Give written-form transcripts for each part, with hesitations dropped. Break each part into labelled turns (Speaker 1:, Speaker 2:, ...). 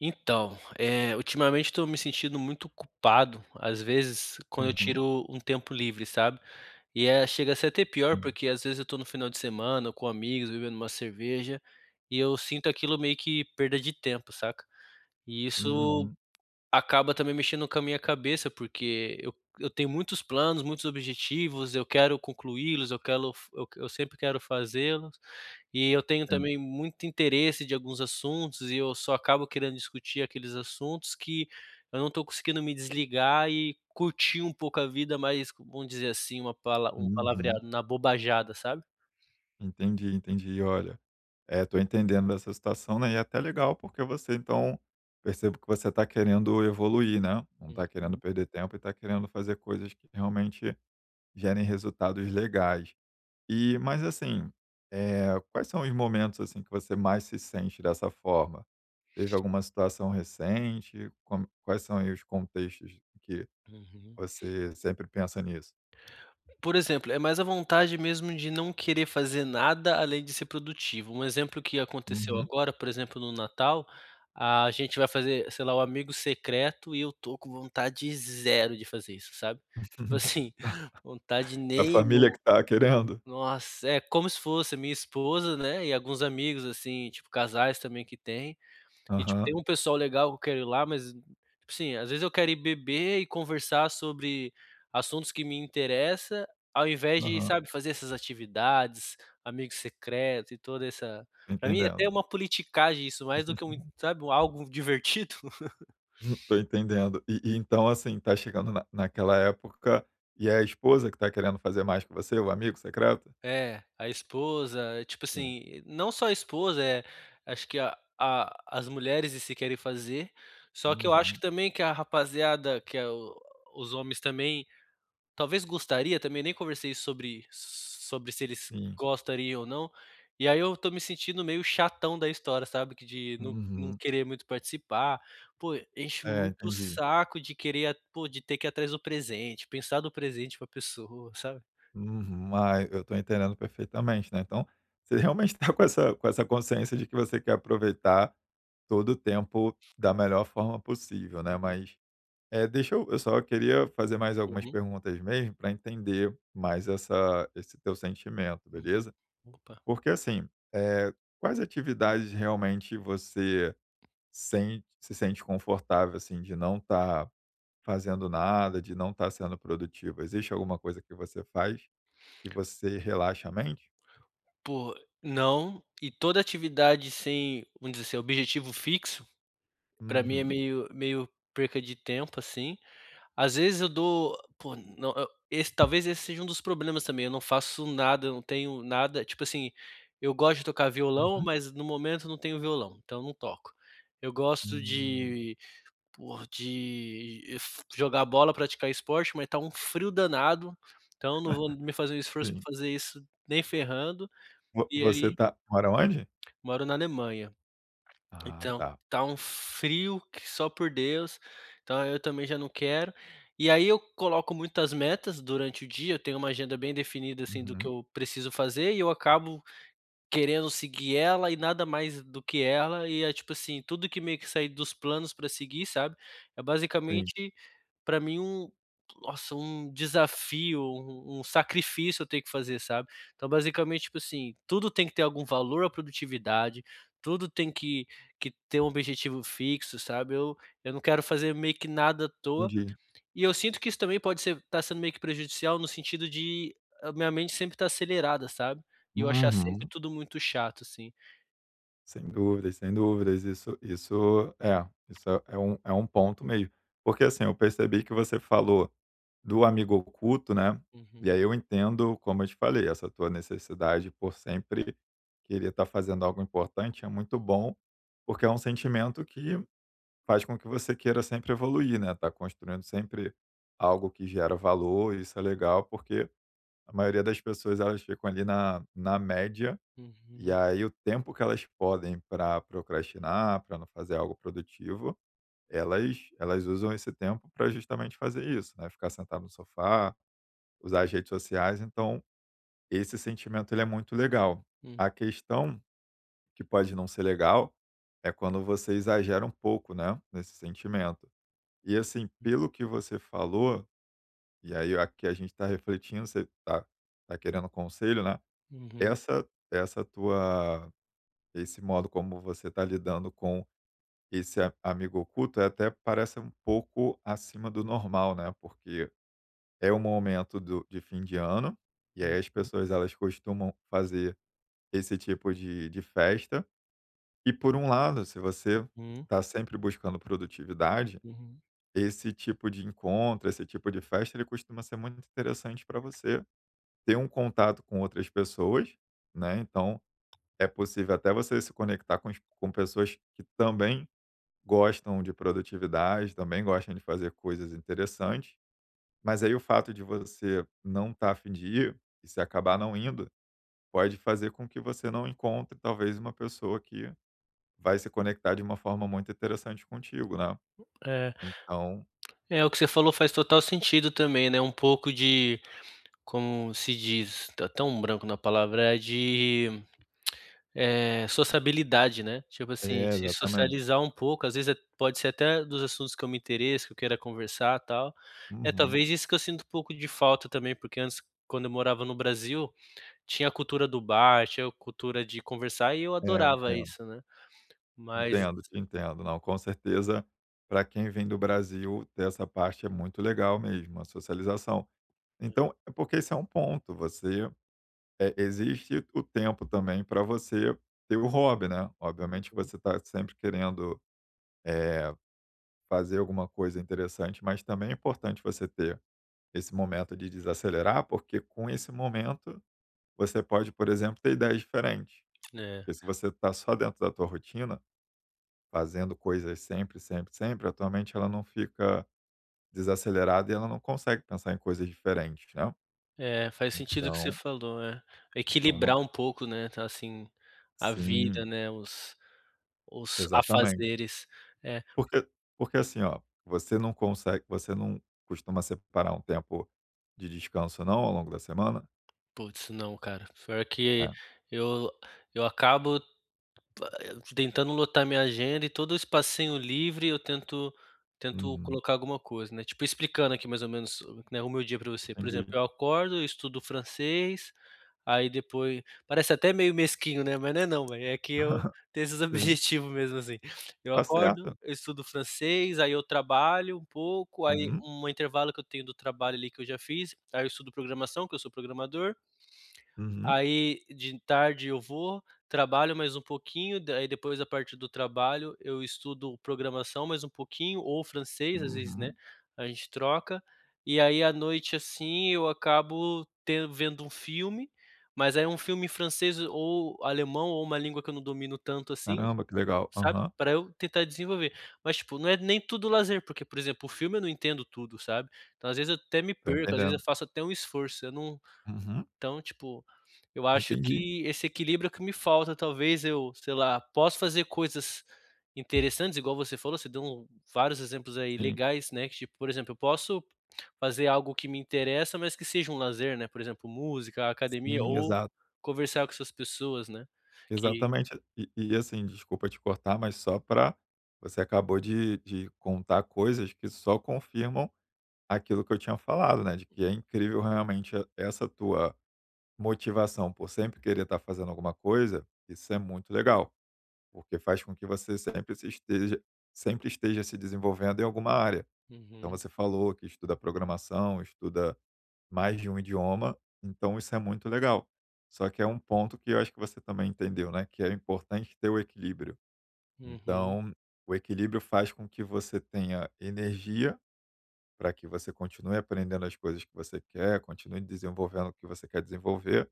Speaker 1: Então, ultimamente estou me sentindo muito culpado, às vezes, quando eu
Speaker 2: Uhum,
Speaker 1: tiro um tempo livre, sabe. E chega a ser até pior,
Speaker 2: sim.
Speaker 1: porque às vezes eu estou no final de semana com amigos, bebendo uma cerveja, e eu sinto aquilo meio que perda de tempo, saca. E isso
Speaker 2: Uhum,
Speaker 1: Acaba também mexendo com a minha cabeça, porque eu tenho muitos planos, muitos objetivos, eu quero concluí-los, eu sempre quero fazê-los, e eu tenho
Speaker 2: sim.
Speaker 1: também muito interesse de alguns assuntos e eu só acabo querendo discutir aqueles assuntos que eu não estou conseguindo me desligar e curtir um pouco a vida, mas vamos dizer assim, uma pala um
Speaker 2: Uhum.
Speaker 1: palavreado, na bobajada, sabe?
Speaker 2: Entendi, entendi. Olha, tô entendendo essa situação, né, e é até legal porque percebo que você tá querendo evoluir, né, não tá querendo
Speaker 1: Uhum,
Speaker 2: perder tempo e tá querendo fazer coisas que realmente gerem resultados legais. Mas assim, quais são os momentos, assim, que você mais se sente dessa forma? Teve alguma situação recente? Como quais são aí os contextos que
Speaker 1: uhum.
Speaker 2: você sempre pensa nisso?
Speaker 1: Por exemplo, é mais a vontade mesmo de não querer fazer nada além de ser produtivo. Um exemplo que aconteceu
Speaker 2: Uhum.
Speaker 1: agora, por exemplo, no Natal, a gente vai fazer, sei lá, o amigo secreto e eu tô com vontade zero de fazer isso, sabe? Tipo assim, vontade
Speaker 2: A família
Speaker 1: nenhuma.
Speaker 2: que tá querendo?
Speaker 1: Nossa, é como se fosse a minha esposa, né? E alguns amigos, assim, tipo, casais também que tem. E, tipo,
Speaker 2: Aham,
Speaker 1: tem um pessoal legal que eu quero ir lá, mas, tipo assim, às vezes eu quero ir beber e conversar sobre assuntos que me interessam ao invés de,
Speaker 2: aham,
Speaker 1: sabe, fazer essas atividades, amigo secreto e toda essa,
Speaker 2: tô
Speaker 1: pra mim é
Speaker 2: entendendo.
Speaker 1: até uma politicagem isso, mais do que um, sabe, um algo divertido.
Speaker 2: Tô entendendo. E então, assim, tá chegando na naquela época e é a esposa que tá querendo fazer mais que você, o amigo secreto?
Speaker 1: É, a esposa, é, tipo
Speaker 2: Sim.
Speaker 1: assim, não só a esposa, é, acho que a as mulheres se querem fazer, só que eu acho
Speaker 2: Uhum,
Speaker 1: que também que a rapaziada, que é o, os homens também talvez gostaria também, nem conversei sobre se eles
Speaker 2: sim.
Speaker 1: gostariam ou não, e aí eu tô me sentindo meio chatão da história, sabe, que de não
Speaker 2: Uhum.
Speaker 1: querer muito participar. Pô, enche
Speaker 2: É,
Speaker 1: muito o
Speaker 2: entendi.
Speaker 1: saco de querer a pô, de ter que ir atrás do presente, pensar do presente pra pessoa, sabe.
Speaker 2: Uhum. Ah, eu tô entendendo perfeitamente, né. Então, você realmente tá com essa consciência de que você quer aproveitar todo o tempo da melhor forma possível, né,
Speaker 1: Uhum,
Speaker 2: mas é, deixa eu só queria fazer mais algumas
Speaker 1: uhum,
Speaker 2: perguntas mesmo para entender mais essa esse teu sentimento,
Speaker 1: uhum.
Speaker 2: beleza?
Speaker 1: Opa.
Speaker 2: Porque assim, quais atividades realmente você sente se sente confortável, assim, de não estar fazendo nada, de não estar sendo produtivo. Existe alguma coisa que você faz que você relaxa a mente?
Speaker 1: Pô, não, e toda atividade sem, vamos dizer assim, objetivo fixo, pra mim é
Speaker 2: Uhum.
Speaker 1: meio perca de tempo, assim. Às vezes eu não, eu esse talvez esse seja um dos problemas também, eu não faço nada, eu não tenho nada, tipo assim, eu gosto de tocar violão,
Speaker 2: Uhum.
Speaker 1: mas no momento eu não tenho violão, então eu não toco. Eu gosto
Speaker 2: Hum.
Speaker 1: de, pô, de eh, f jogar bola, praticar esporte, mas tá um frio danado, então eu não vou me fazer um esforço pra
Speaker 2: Sim.
Speaker 1: fazer isso nem ferrando,
Speaker 2: Vo
Speaker 1: e
Speaker 2: você
Speaker 1: aí
Speaker 2: tá mora onde?
Speaker 1: moro na Alemanha.
Speaker 2: Ah,
Speaker 1: Então,
Speaker 2: tá.
Speaker 1: tá um frio que só por Deus, então eu também já não quero. E aí eu coloco muitas metas durante o dia, eu tenho uma agenda bem definida, assim, do que
Speaker 2: Uhum.
Speaker 1: eu preciso fazer e eu acabo querendo seguir ela e nada mais do que ela, e é tipo assim, tudo que meio que sair dos planos para seguir, sabe, é
Speaker 2: Sim,
Speaker 1: basicamente para mim um, nossa, um desafio, um sacrifício eu tenho que fazer, sabe. Então basicamente, tipo assim, tudo tem que ter algum valor à produtividade, tudo tem que ter um objetivo fixo, sabe. Eu não quero fazer meio que nada à toa,
Speaker 2: entendi.
Speaker 1: e eu sinto que isso também pode ser, tá sendo meio que prejudicial no sentido de a minha mente sempre tá acelerada, sabe. E eu achar sempre
Speaker 2: Uhum.
Speaker 1: tudo muito chato, assim.
Speaker 2: Sem dúvidas, sem dúvidas. Isso é um um ponto mesmo. Porque, assim, eu percebi que você falou do amigo oculto, né, e
Speaker 1: Uhum,
Speaker 2: aí eu entendo, como eu te falei, essa tua necessidade por sempre querer estar fazendo algo importante é muito bom, porque é um sentimento que faz com que você queira sempre evoluir, né, tá construindo sempre algo que gera valor, isso é legal, porque a maioria das pessoas elas ficam ali na média e
Speaker 1: uhum,
Speaker 2: aí o tempo que elas podem para procrastinar, para não fazer algo produtivo, elas usam esse tempo para justamente fazer isso, né, ficar sentado no sofá, usar as redes sociais, então esse sentimento ele é muito legal.
Speaker 1: uhum,
Speaker 2: A questão que pode não ser legal é quando você exagera um pouco, né, nesse sentimento. E assim, pelo que você falou, e aí aqui a gente está refletindo, você está tá tá querendo conselho, né,
Speaker 1: uhum,
Speaker 2: essa essa tua Esse modo como você está lidando com esse amigo oculto é até parece um pouco acima do normal, né? Porque é um momento de fim de ano e aí as
Speaker 1: uhum,
Speaker 2: pessoas elas costumam fazer esse tipo de festa. E por um lado, se você está sempre buscando produtividade,
Speaker 1: uhum.
Speaker 2: esse tipo de encontro, esse tipo de festa, ele costuma ser muito interessante para você ter um contato com outras pessoas, né? Então é possível até você se conectar com pessoas que também gostam de produtividade, também gostam de fazer coisas interessantes, mas aí o fato de você não estar a fim de ir, e se acabar não indo, pode fazer com que você não encontre talvez uma pessoa que vai se conectar de uma forma muito interessante contigo, né.
Speaker 1: É.
Speaker 2: Então
Speaker 1: É, o que você falou faz total sentido também, né, um pouco de, como se diz, tá tão um branco na palavra, é de, sociabilidade, né, tipo assim,
Speaker 2: é,
Speaker 1: se
Speaker 2: exatamente.
Speaker 1: socializar um pouco, às vezes pode ser até dos assuntos que eu me interesso, que eu queira conversar, tal. É
Speaker 2: Uhum.
Speaker 1: talvez isso que eu sinto um pouco de falta também, porque antes, quando eu morava no Brasil, tinha a cultura do bar, tinha a cultura de conversar e eu
Speaker 2: É, eu
Speaker 1: adorava
Speaker 2: entendo.
Speaker 1: isso, né, mas
Speaker 2: Entendo, te entendo. Não, com certeza, para quem vem do Brasil, ter essa parte é muito legal mesmo, a socialização.
Speaker 1: é.
Speaker 2: Então é porque esse é um ponto, você é, existe o tempo também para você ter o hobby, né. Obviamente que
Speaker 1: Uhum.
Speaker 2: você está sempre querendo, eh, fazer alguma coisa interessante, mas também é importante você ter esse momento de desacelerar, porque com esse momento você pode, por exemplo, ter ideias diferentes.
Speaker 1: É.
Speaker 2: Porque se você está só dentro da tua rotina, fazendo coisas sempre, sempre, sempre, a tua mente ela não fica desacelerada e ela não consegue pensar em coisas diferentes, né.
Speaker 1: É, faz sentido o que você
Speaker 2: Então
Speaker 1: falou, é.
Speaker 2: então não
Speaker 1: Equilibrar um pouco, né, tá, assim, a
Speaker 2: sim,
Speaker 1: vida, né, os
Speaker 2: exatamente.
Speaker 1: afazeres. É,
Speaker 2: Porque porque assim, ó, você não costuma separar um tempo de descanso não, ao longo da semana?
Speaker 1: putz, não, cara, pior que
Speaker 2: É.
Speaker 1: eu eu acabo, pa- tentando lotar minha agenda e todo o espacinho livre eu tento
Speaker 2: Uhum,
Speaker 1: colocar alguma coisa, né, tipo, explicando aqui mais ou menos, né, o meu dia pra você. Por exemplo,
Speaker 2: entendi.
Speaker 1: eu acordo, eu estudo francês. Aí depois parece até meio mesquinho, né, mas não é não, velho, é que eu tenho esses
Speaker 2: Sim,
Speaker 1: objetivos mesmo, assim. Eu
Speaker 2: tá
Speaker 1: acordo,
Speaker 2: certa.
Speaker 1: eu estudo francês, aí eu trabalho um pouco, aí
Speaker 2: Uhum,
Speaker 1: um intervalo que eu tenho do trabalho ali que eu já fiz, aí eu estudo programação, que eu sou programador.
Speaker 2: uhum,
Speaker 1: Aí de tarde eu vou, trabalho mais um pouquinho, daí depois a partir do trabalho eu estudo programação mais um pouquinho, ou francês, às vezes, né,
Speaker 2: uhum.
Speaker 1: a gente troca. E aí à noite, assim, eu acabo ten vendo um filme, mas aí é um filme em francês ou alemão ou uma língua que eu não domino tanto assim,
Speaker 2: Caramba, que legal.
Speaker 1: sabe,
Speaker 2: Aham,
Speaker 1: para eu tentar desenvolver. Mas, tipo, não é nem tudo lazer, porque, por exemplo, o filme eu não entendo tudo, sabe. Então, às vezes, eu até me
Speaker 2: tô
Speaker 1: perco, às vezes
Speaker 2: entendendo.
Speaker 1: eu faço até um esforço, eu não
Speaker 2: Uhum,
Speaker 1: então, tipo, eu acho
Speaker 2: entendi.
Speaker 1: que esse equilíbrio é o que me falta, talvez eu, sei lá, posso fazer coisas interessantes, igual você falou, você deu vários exemplos aí
Speaker 2: Sim,
Speaker 1: legais, né, que, tipo, por exemplo, eu posso fazer algo que me interessa, mas que seja um lazer, né, por exemplo, música, academia
Speaker 2: sim,
Speaker 1: ou
Speaker 2: exato.
Speaker 1: conversar com essas pessoas, né, que.
Speaker 2: Exatamente. E assim, desculpa te cortar, mas só para você acabou de contar coisas que só confirmam aquilo que eu tinha falado, né, de que é incrível realmente essa tua motivação por sempre querer estar fazendo alguma coisa, isso é muito legal, porque faz com que você sempre se esteja sempre esteja se desenvolvendo em alguma área. Então
Speaker 1: Uhum,
Speaker 2: você falou que estuda programação, estuda mais de um idioma, então isso é muito legal. Só que é um ponto que eu acho que você também entendeu, né, que é importante ter o equilíbrio.
Speaker 1: uhum,
Speaker 2: Então, o equilíbrio faz com que você tenha energia para que você continue aprendendo as coisas que você quer, continue desenvolvendo o que você quer desenvolver,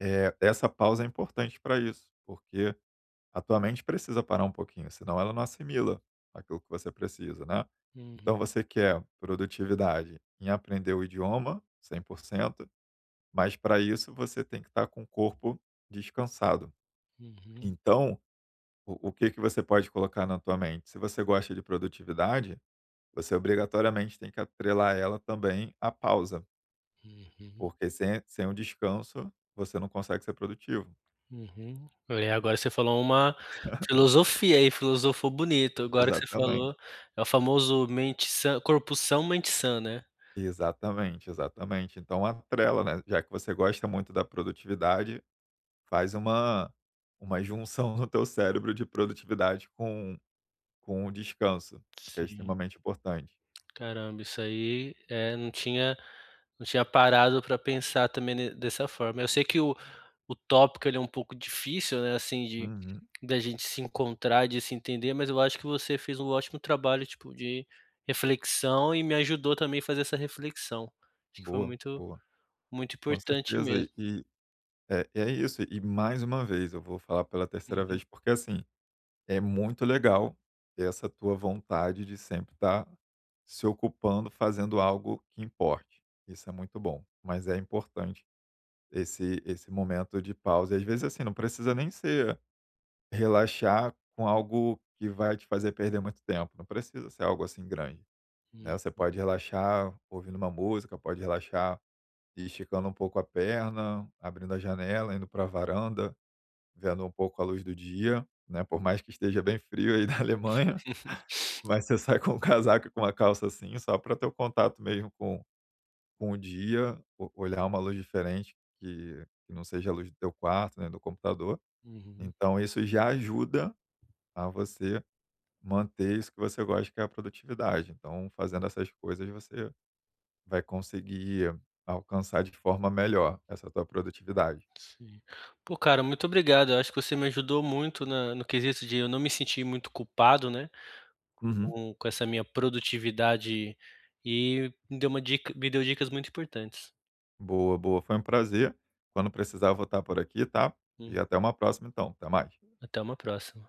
Speaker 2: é, essa pausa é importante para isso, porque a tua mente precisa parar um pouquinho, senão ela não assimila aquilo que você precisa, né?
Speaker 1: uhum,
Speaker 2: Então você quer produtividade em aprender o idioma 100%, mas para isso você tem que estar com o corpo descansado.
Speaker 1: uhum,
Speaker 2: Então, o que que você pode colocar na tua mente? Se você gosta de produtividade, você obrigatoriamente tem que atrelar ela também à pausa,
Speaker 1: uhum, uhum.
Speaker 2: porque sem o descanso você não consegue ser produtivo.
Speaker 1: Uhum. É, agora você falou uma filosofia aí, filosofou bonito. Agora que você
Speaker 2: Exatamente.
Speaker 1: falou, é o famoso mente sã corpo são, mente sã, né.
Speaker 2: Exatamente, exatamente. Então atrela, né, já que você gosta muito da produtividade, faz uma junção no teu cérebro de produtividade com o descanso, que é
Speaker 1: Sim,
Speaker 2: extremamente importante.
Speaker 1: caramba, isso aí. É, não tinha parado para pensar também, ne, dessa forma. Eu sei que o tópico, ele é um pouco difícil, né, assim, de
Speaker 2: Uhum.
Speaker 1: da gente se encontrar, de se entender, mas eu acho que você fez um ótimo trabalho, tipo, de reflexão e me ajudou também a fazer essa reflexão. Acho que foi
Speaker 2: Boa, boa.
Speaker 1: muito
Speaker 2: Com
Speaker 1: importante
Speaker 2: certeza. E
Speaker 1: mesmo.
Speaker 2: e é é isso. E mais uma vez, eu vou falar pela terceira
Speaker 1: Uhum.
Speaker 2: vez, porque assim, é muito legal essa tua vontade de sempre estar se ocupando, fazendo algo que importe. Isso é muito bom, mas é importante esse esse momento de pausa. E às vezes, assim, não precisa nem ser relaxar com algo que vai te fazer perder muito tempo, não precisa ser algo assim grande,
Speaker 1: Hum.
Speaker 2: né. Você pode relaxar ouvindo uma música, pode relaxar esticando um pouco a perna, abrindo a janela, indo para a varanda, vendo um pouco a luz do dia, né. Por mais que esteja bem frio aí na Alemanha, mas você sai com um casaco e com uma calça assim, só para ter o contato mesmo com o dia, o olhar uma luz diferente que não seja a luz do teu quarto, né, do computador.
Speaker 1: Uhum,
Speaker 2: Então isso já ajuda a você manter isso que você gosta, que é a produtividade. Então fazendo essas coisas, você vai conseguir alcançar de forma melhor essa tua produtividade.
Speaker 1: sim. Pô, cara, muito obrigado. Eu acho que você me ajudou muito na no quesito de eu não me sentir muito culpado, né,
Speaker 2: Uhum.
Speaker 1: com essa minha produtividade e me deu dicas muito importantes.
Speaker 2: Boa, boa. Foi um prazer. Quando precisar, eu vou estar por aqui, tá? E
Speaker 1: Hum,
Speaker 2: até uma próxima então. Até mais.
Speaker 1: até uma próxima.